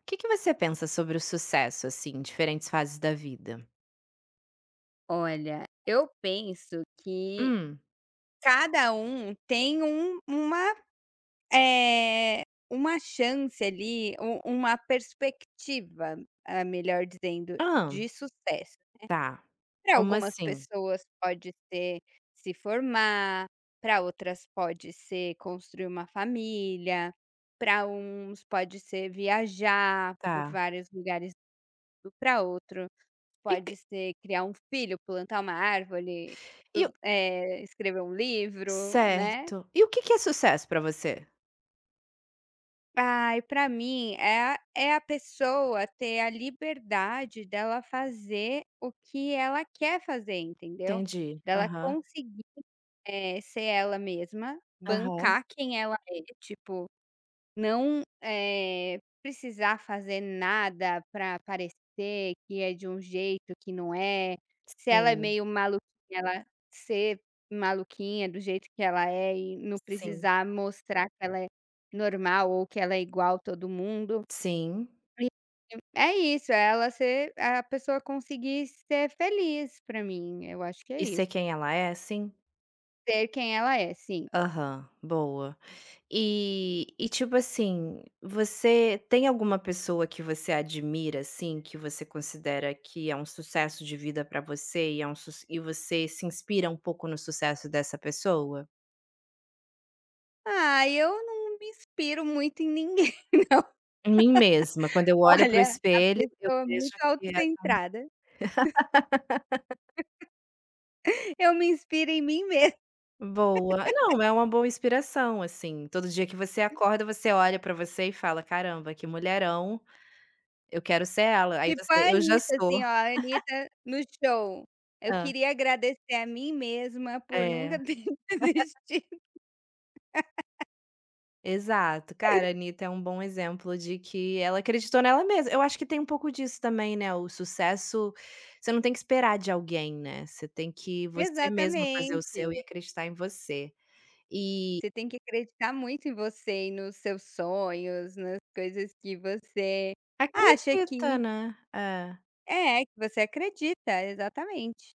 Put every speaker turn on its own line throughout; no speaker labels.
O que que você pensa sobre o sucesso, assim, em diferentes fases da vida?
Olha, eu penso que
Hum.
cada um tem um uma, eh, uma chance ali, u uma perspectiva, ah, melhor dizendo,
Ah.
de sucesso.
Tá.
Para
Como
algumas
assim?
pessoas pode ser se formar, para outras pode ser construir uma família, para uns pode ser viajar por
Tá.
vários lugares para outro.
E que
Pode ser criar um filho, plantar uma árvore,
e o
escrever um livro, né.
Certo. E o que que é sucesso pra você?
Ai, pra mim é a pessoa ter a liberdade dela fazer o que ela quer fazer, entendeu.
Entendi.
Dela
Aham.
conseguir, ser ela mesma,
Aham.
bancar quem ela é, tipo. Não, precisar fazer nada para parecer que é de um jeito que não é. Se ela é
Sim.
meio maluquinha, ela ser maluquinha do jeito que ela é e não
Sim.
precisar mostrar que ela é normal ou que ela é igual a todo mundo.
Sim.
E é isso, é ela ser a pessoa conseguir ser feliz. Pra mim, eu acho que é
E ser
isso.
quem ela é, sim?
Ser quem ela é, sim.
Aham. Boa. E tipo assim, você tem alguma pessoa que você admira, assim, que você considera que é um sucesso de vida pra você e é um suc e você se inspira um pouco no sucesso dessa pessoa?
Ah, eu não me inspiro muito em ninguém.
Em mim mesma, quando eu olho para o
Olha, a
espelho, eu
pessoa
vejo
muito
que é.
autocentrada. Eu me inspiro em mim mesma,
Boa. Não, é uma boa inspiração, assim, todo dia que você acorda, você olha pra você e fala: "Caramba, que mulherão, eu quero ser ela". Aí
tipo
você:
a
"Eu já
Anitta,
sou".
assim, ó, a Anitta no show: "Eu
Hã.
queria agradecer a mim mesma por
É.
nunca ter desistido".
Exato. Cara, a Anitta é um bom exemplo de que ela acreditou nela mesma. Eu acho que tem um pouco disso também, né, o sucesso você não tem que esperar de alguém, né, você tem que você mesmo fazer o seu e
Exatamente.
acreditar em você. E
Você tem que acreditar muito em você e nos seus sonhos, nas coisas que você acha
acredita,
que
né. É.
é, que você acredita, exatamente.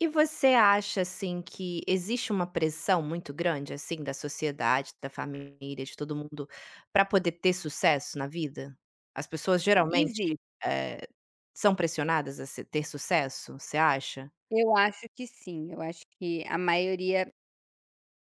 E você acha, assim, que existe uma pressão muito grande, assim, da sociedade, da família, de todo mundo, para poder ter sucesso na vida? As pessoas geralmente,
Existe.
eh, são pressionadas a se ter sucesso, você acha?
Eu acho que sim, eu acho que a maioria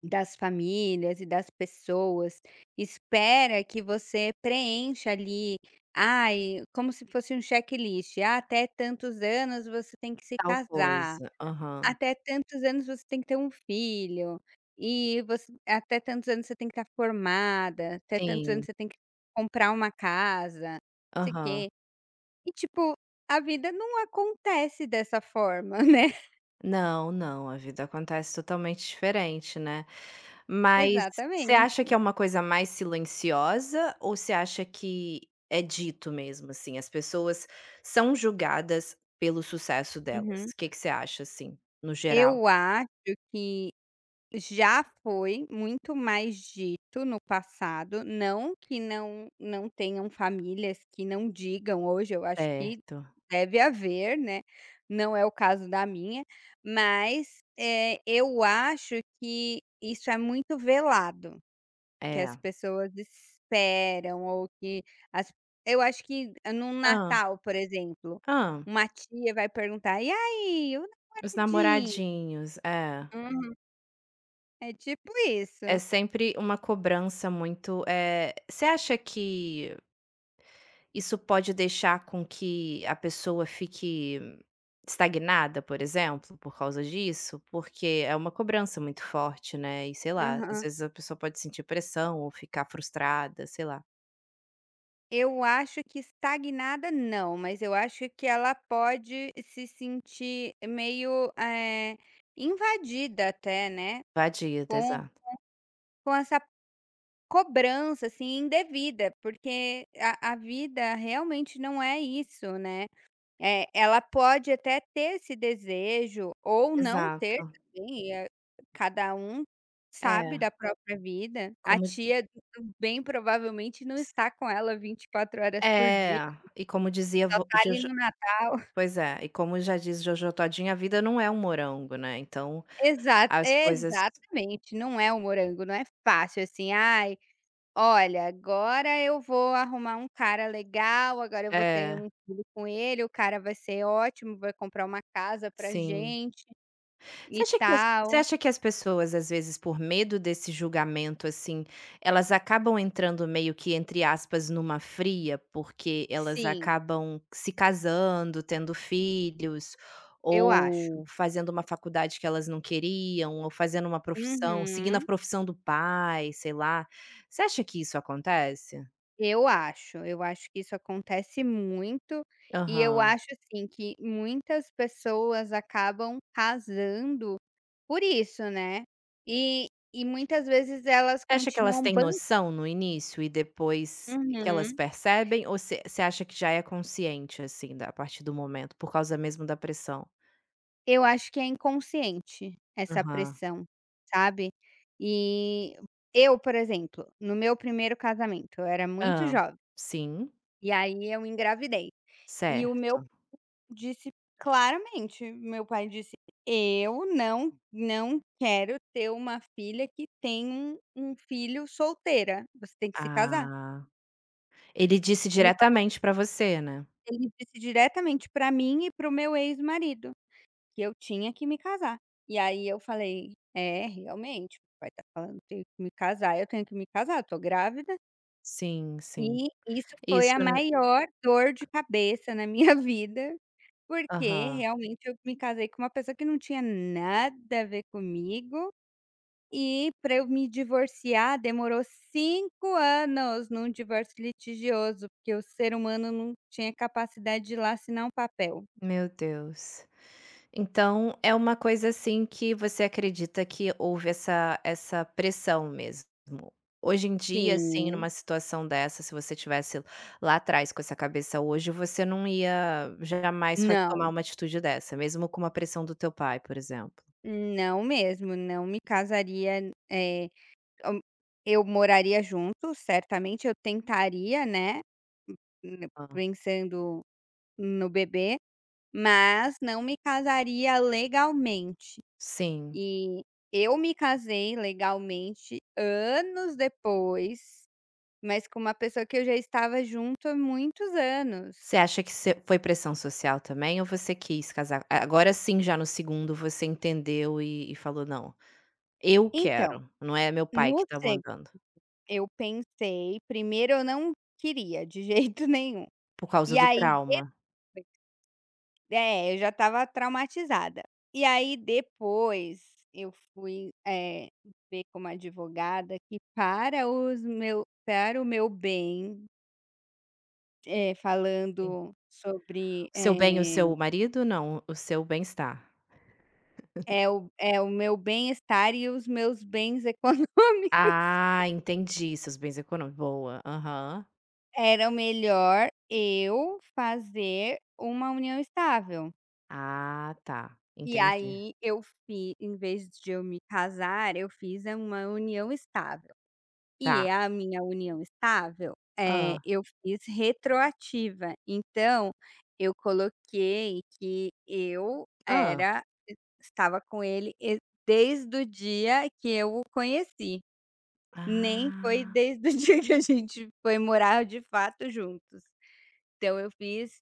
das famílias e das pessoas espera que você preencha ali, ai, como se fosse um checklist: "Ah, até tantos anos você tem que se
Tal
casar,
coisa. Aham.
até tantos anos você tem que ter um filho, e você até tantos anos você tem que estar formada, até tantos anos
Sim.
você tem que comprar uma casa, não sei o
Aham.
quê". E tipo, a vida não acontece dessa forma, né.
Não, não, a vida acontece totalmente diferente, né. Mas você
Exatamente.
acha que é uma coisa mais silenciosa ou você acha que é dito mesmo, assim, as pessoas são julgadas pelo sucesso delas?
Uhum.
O que que você acha, assim, no geral?
Eu acho que já foi muito mais dito no passado, não que não tenham famílias que não digam hoje, eu acho que
Certo,
deve haver, né, não é o caso da minha, mas, eu acho que isso é muito velado, que as
é.
pessoas esperam ou que as. Eu acho que num
ah,
Natal, por exemplo,
ah,
uma tia vai perguntar: "E aí, o
os
namoradinho?".
namoradinhos, é.
Uhum. É tipo isso.
É sempre uma cobrança muito, É, você acha que isso pode deixar com que a pessoa fique estagnada, por exemplo, por causa disso? Porque é uma cobrança muito forte, né, e sei lá, às
Aham.
vezes a pessoa pode sentir pressão ou ficar frustrada, sei lá.
Eu acho que estagnada não, mas eu acho que ela pode se sentir meio, invadida até, né,
Invadida,
com
exato.
essa cobrança, assim, indevida, porque a vida realmente não é isso, né. Ela pode até ter esse desejo ou não ter
Exato.
também, cada um sabe da
É,
própria vida. A
como
tia bem provavelmente não está com ela 24 horas por
É,
dia.
e como dizia
Só
vo
tá ali
Jojo
no Natal.
pois é, e como já diz Jojo Todinho: "A vida não é um morango", né, então
Exato,
as coisas
exatamente, não é o morango, não é fácil assim: "Ai, olha, agora eu vou arrumar um cara legal, agora eu vou ter
É,
um filho com ele, o cara vai ser ótimo, vai comprar uma casa pra
sim.
gente e
Você
tal".
acha que as pessoas, às vezes, por medo desse julgamento, assim, elas acabam entrando meio que, entre aspas, "numa fria", porque elas
Sim,
acabam se casando, tendo filhos,
eu acho.
ou fazendo uma faculdade que elas não queriam, ou fazendo uma profissão seguindo a
Uhum.
profissão do pai, sei lá. Você acha que isso acontece?
Eu acho que isso acontece muito, e eu
Aham.
acho, assim, que muitas pessoas acabam casando por isso, né. E e muitas vezes elas
Acha que elas
continuam
têm
ban.
noção no início e depois que elas
Uhum.
percebem ou você acha que já é consciente, assim, da a partir do momento, por causa mesmo da pressão?
Eu acho que é inconsciente essa
Aham.
pressão, sabe. E eu, por exemplo, no meu primeiro casamento, eu era muito
Hã.
jovem,
Sim,
e aí eu engravidei. E o meu
certo.
disse claramente, meu pai disse: "Eu não quero ter uma filha que tem um filho solteira, você tem que se casar".
Ah, ele disse
Ele
diretamente pra você, né?
Ele disse diretamente pra mim e para o meu ex-marido, que eu tinha que me casar. E aí eu falei: "É, realmente, o papai tá falando que tenho que me casar, eu tenho que me casar, eu tô grávida".
Sim, sim.
E isso foi a
Isso n
maior dor de cabeça na minha vida, porque
Aham.
realmente eu me casei com uma pessoa que não tinha nada a ver comigo, e pra eu me divorciar demorou 5 anos num divórcio litigioso, porque o ser humano não tinha capacidade de ir lá assinar um papel.
Meu Deus. Então, é uma coisa assim que você acredita que houve essa pressão mesmo. Hoje em dia, assim,
Sim.
numa situação dessa, se você tivesse lá atrás com essa cabeça hoje, você não ia jamais fa tomar
Não,
uma atitude dessa, mesmo com uma pressão do teu pai, por exemplo.
não mesmo, não me casaria, hum, eu moraria junto, certamente eu tentaria, né, n
Hã.
pensando no bebê, mas não me casaria legalmente.
Sim.
E eu me casei legalmente anos depois, mas com uma pessoa que eu já estava junto há muitos anos.
Você acha que se foi pressão social também ou você quis casar a agora sim, já no segundo, você entendeu e falou: "Não, eu
Então,
quero, não é meu pai
no
que tá
se,
mandando",
eu pensei, primeiro eu não queria de jeito nenhum.
por causa
E
do
aí
trauma?
é, eu já estava traumatizada. E aí depois eu fui, ver com uma advogada que para os meu para o meu bem, falando sobre,
Seu bem, o seu marido? Não, o seu bem-estar.
é o meu bem-estar e os meus bens econômicos,
Ah, entendi, seus bens econômicos. Boa, aham.
era melhor eu fazer uma união estável.
Ah, tá,
E
entendi.
aí eu fi, em vez de eu me casar, eu fiz uma união estável. E é
Tá.
a minha união estável,
Ah.
eu fiz retroativa, então eu coloquei que eu
Ah.
era estava com ele e desde o dia que eu o conheci, nem foi
Ah.
desde o dia que a gente foi morar de fato juntos. Então eu fiz,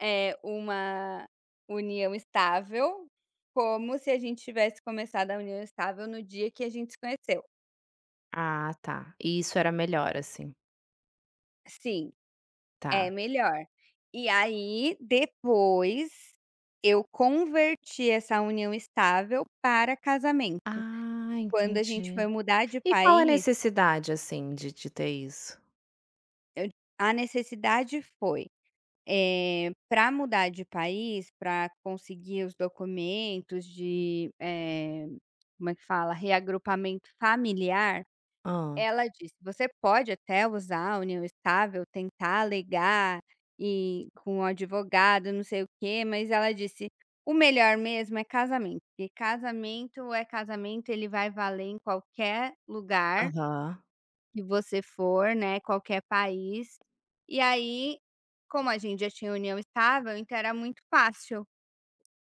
uma união estável, como se a gente tivesse começado a união estável no dia que a gente se conheceu.
Ah, tá. E isso era melhor, assim.
Sim. É
Tá.
melhor. E aí, depois, eu converti essa união estável para casamento.
Ah,
Quando a gente
entendi.
foi mudar de
E qual a
país,
necessidade, assim, de ter isso?
eu a necessidade foi, para mudar de país, para conseguir os documentos de, como é que fala? Reagrupamento familiar.
Ah.
Ela disse: "Você pode até usar a união estável, tentar alegar e com o advogado, não sei o quê", mas ela disse: "O melhor mesmo é casamento, porque casamento é casamento, ele vai valer em qualquer lugar
Aham.
que você for, né, qualquer país". E aí, como a gente já tinha união estável, então era muito fácil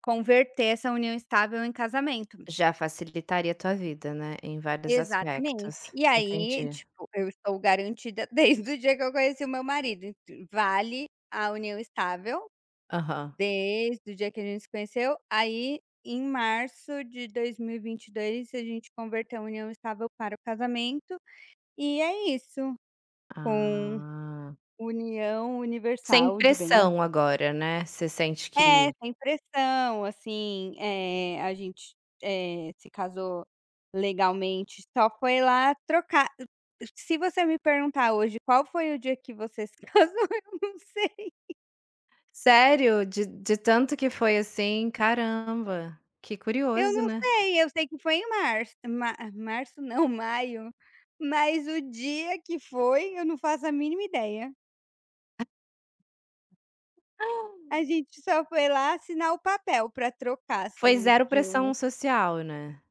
converter essa união estável em casamento.
Já facilitaria a tua vida, né, em vários
Exatamente.
aspectos.
E aí,
Entendi.
tipo, eu estou garantida desde o dia que eu conheci o meu marido, ent vale a união estável
Aham.
desde o dia que a gente se conheceu, aí em março de 2022 a gente converteu a união estável para o casamento, e é isso, com
Ah.
união
Sem
universal de bens.
pressão agora, né, você sente
É,
que
sem pressão, assim, a gente, se casou legalmente, só foi lá trocar. Se você me perguntar hoje qual foi o dia que você se casou, eu não sei,
sério? De tanto que foi assim? Caramba, que curioso, né.
eu sei que foi em março, ma março não, maio, mas o dia que foi eu não faço a mínima ideia. A gente só foi lá assinar o papel pra trocar,
Foi
assim,
zero
de um
pressão social, né.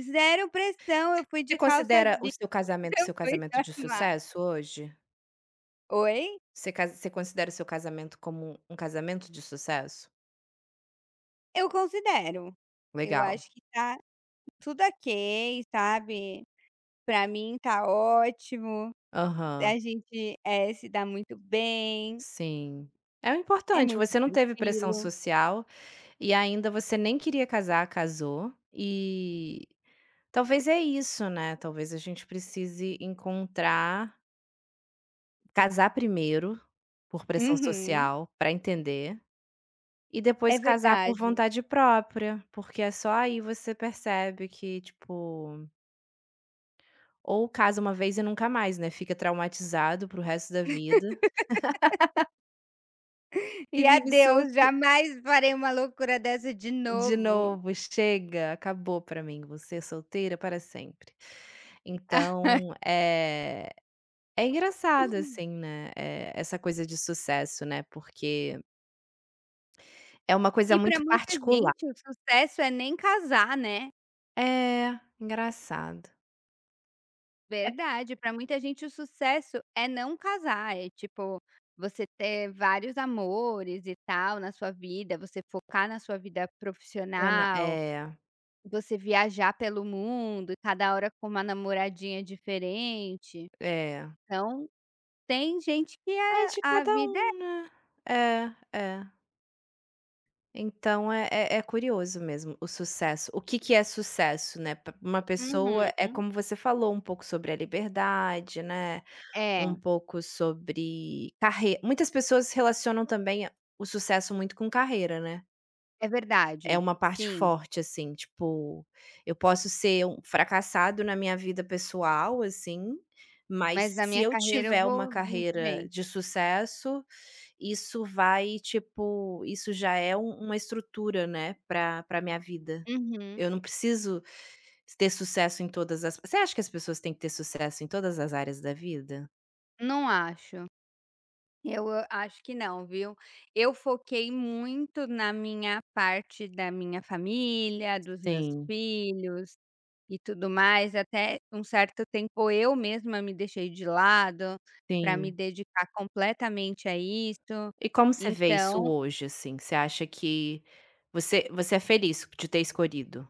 zero pressão, eu fui
Você
de calça
considera o
jeans, eu
seu
fui
casamento de
normal.
sucesso hoje?
Oi?
Você considera o seu casamento como um casamento de sucesso?
Eu considero. Eu
Legal.
acho que tá tudo ok, sabe. Pra mim tá ótimo,
Aham,
a gente, se dá muito bem,
sim. É o
é
importante,
muito
você não teve pressão
tranquilo.
social e ainda você nem queria casar, casou, e talvez é isso, né, talvez a gente precise encontrar casar primeiro, por pressão
Uhum.
social, para entender, e
É
depois casar por
verdade.
vontade própria, porque é só aí você percebe que, tipo, ou casa uma vez e nunca mais, né, fica traumatizado para o resto da vida, e
E
vive
adeus,
solteiro
jamais farei uma loucura dessa de
de
novo.
novo, chega, acabou pra mim. Você é solteira para sempre. Então, é engraçado, assim, né, essa coisa de sucesso, né, porque é uma coisa
E pra
muito
muita
particular.
gente o sucesso é nem casar, né.
É, engraçado.
Verdade, para muita gente o sucesso é não casar, é tipo, você ter vários amores e tal na sua vida, você focar na sua vida
Ana
profissional,
é,
você viajar pelo mundo, cada hora com uma namoradinha diferente.
é.
Então, tem gente que
Ah, é
é
de
a
cada
vida
um, né. É, é. Então é curioso mesmo o sucesso. O que que é sucesso, né, pra uma
é
pessoa é
uhum.
como você falou, um pouco sobre a liberdade, né, um
É,
pouco sobre carre muitas pessoas relacionam também o sucesso muito com carreira, né.
é
É
verdade.
uma parte
Sim,
forte, assim, tipo, eu posso ser um fracassado na minha vida pessoal, assim, mas
mas na
se
minha
eu
carreira eu
tiver uma
vou muito
carreira
bem.
de sucesso, isso vai, tipo, isso já é uma estrutura, né, pra minha vida.
Uhum.
Eu não preciso ter sucesso em todas as Você acha que as pessoas têm que ter sucesso em todas as áreas da vida?
Não acho. Eu a Acho que não, viu. Eu foquei muito na minha parte da minha família, dos meus
Sim,
filhos e tudo mais. Até um certo tempo eu mesma me deixei de lado para me
sim.
dedicar completamente a isso.
E como você vê isso
Então
hoje, assim? Você acha que você é feliz de ter escolhido?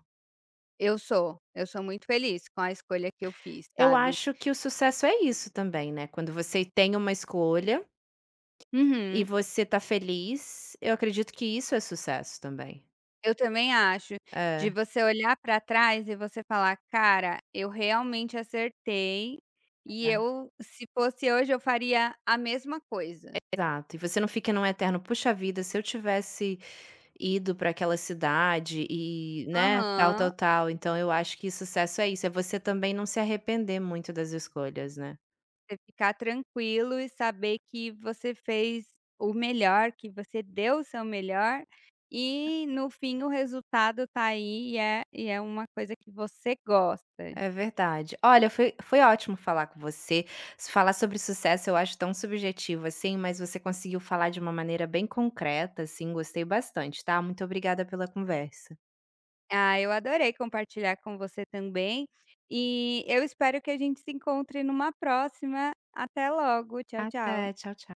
eu sou muito feliz com a escolha que eu fiz,
Eu
sabe.
acho que o sucesso é isso também, né, quando você tem uma escolha e
Uhum.
você tá feliz, eu acredito que isso é sucesso também.
Eu também acho. De
É,
você olhar para trás e você falar: "Cara, eu realmente acertei, e
é,
eu, se fosse hoje, eu faria a mesma coisa".
exato. E você não fica num eterno: "Puxa vida, se eu tivesse ido para aquela cidade e, né, tal,
Aham.
tal, tal". Então eu acho que sucesso é isso, é você também não se arrepender muito das escolhas, né.
Você ficar tranquilo e saber que você fez o melhor, que você deu o seu melhor e no fim o resultado tá aí e é uma coisa que você gosta.
É verdade. Olha, foi ótimo falar com você. Falar sobre sucesso eu acho tão subjetivo, assim, mas você conseguiu falar de uma maneira bem concreta, assim, gostei bastante, tá? Muito obrigada pela conversa.
Ah, eu adorei compartilhar com você também, e eu espero que a gente se encontre numa próxima. Até logo, tchau, tchau.
Até, tchau, tchau.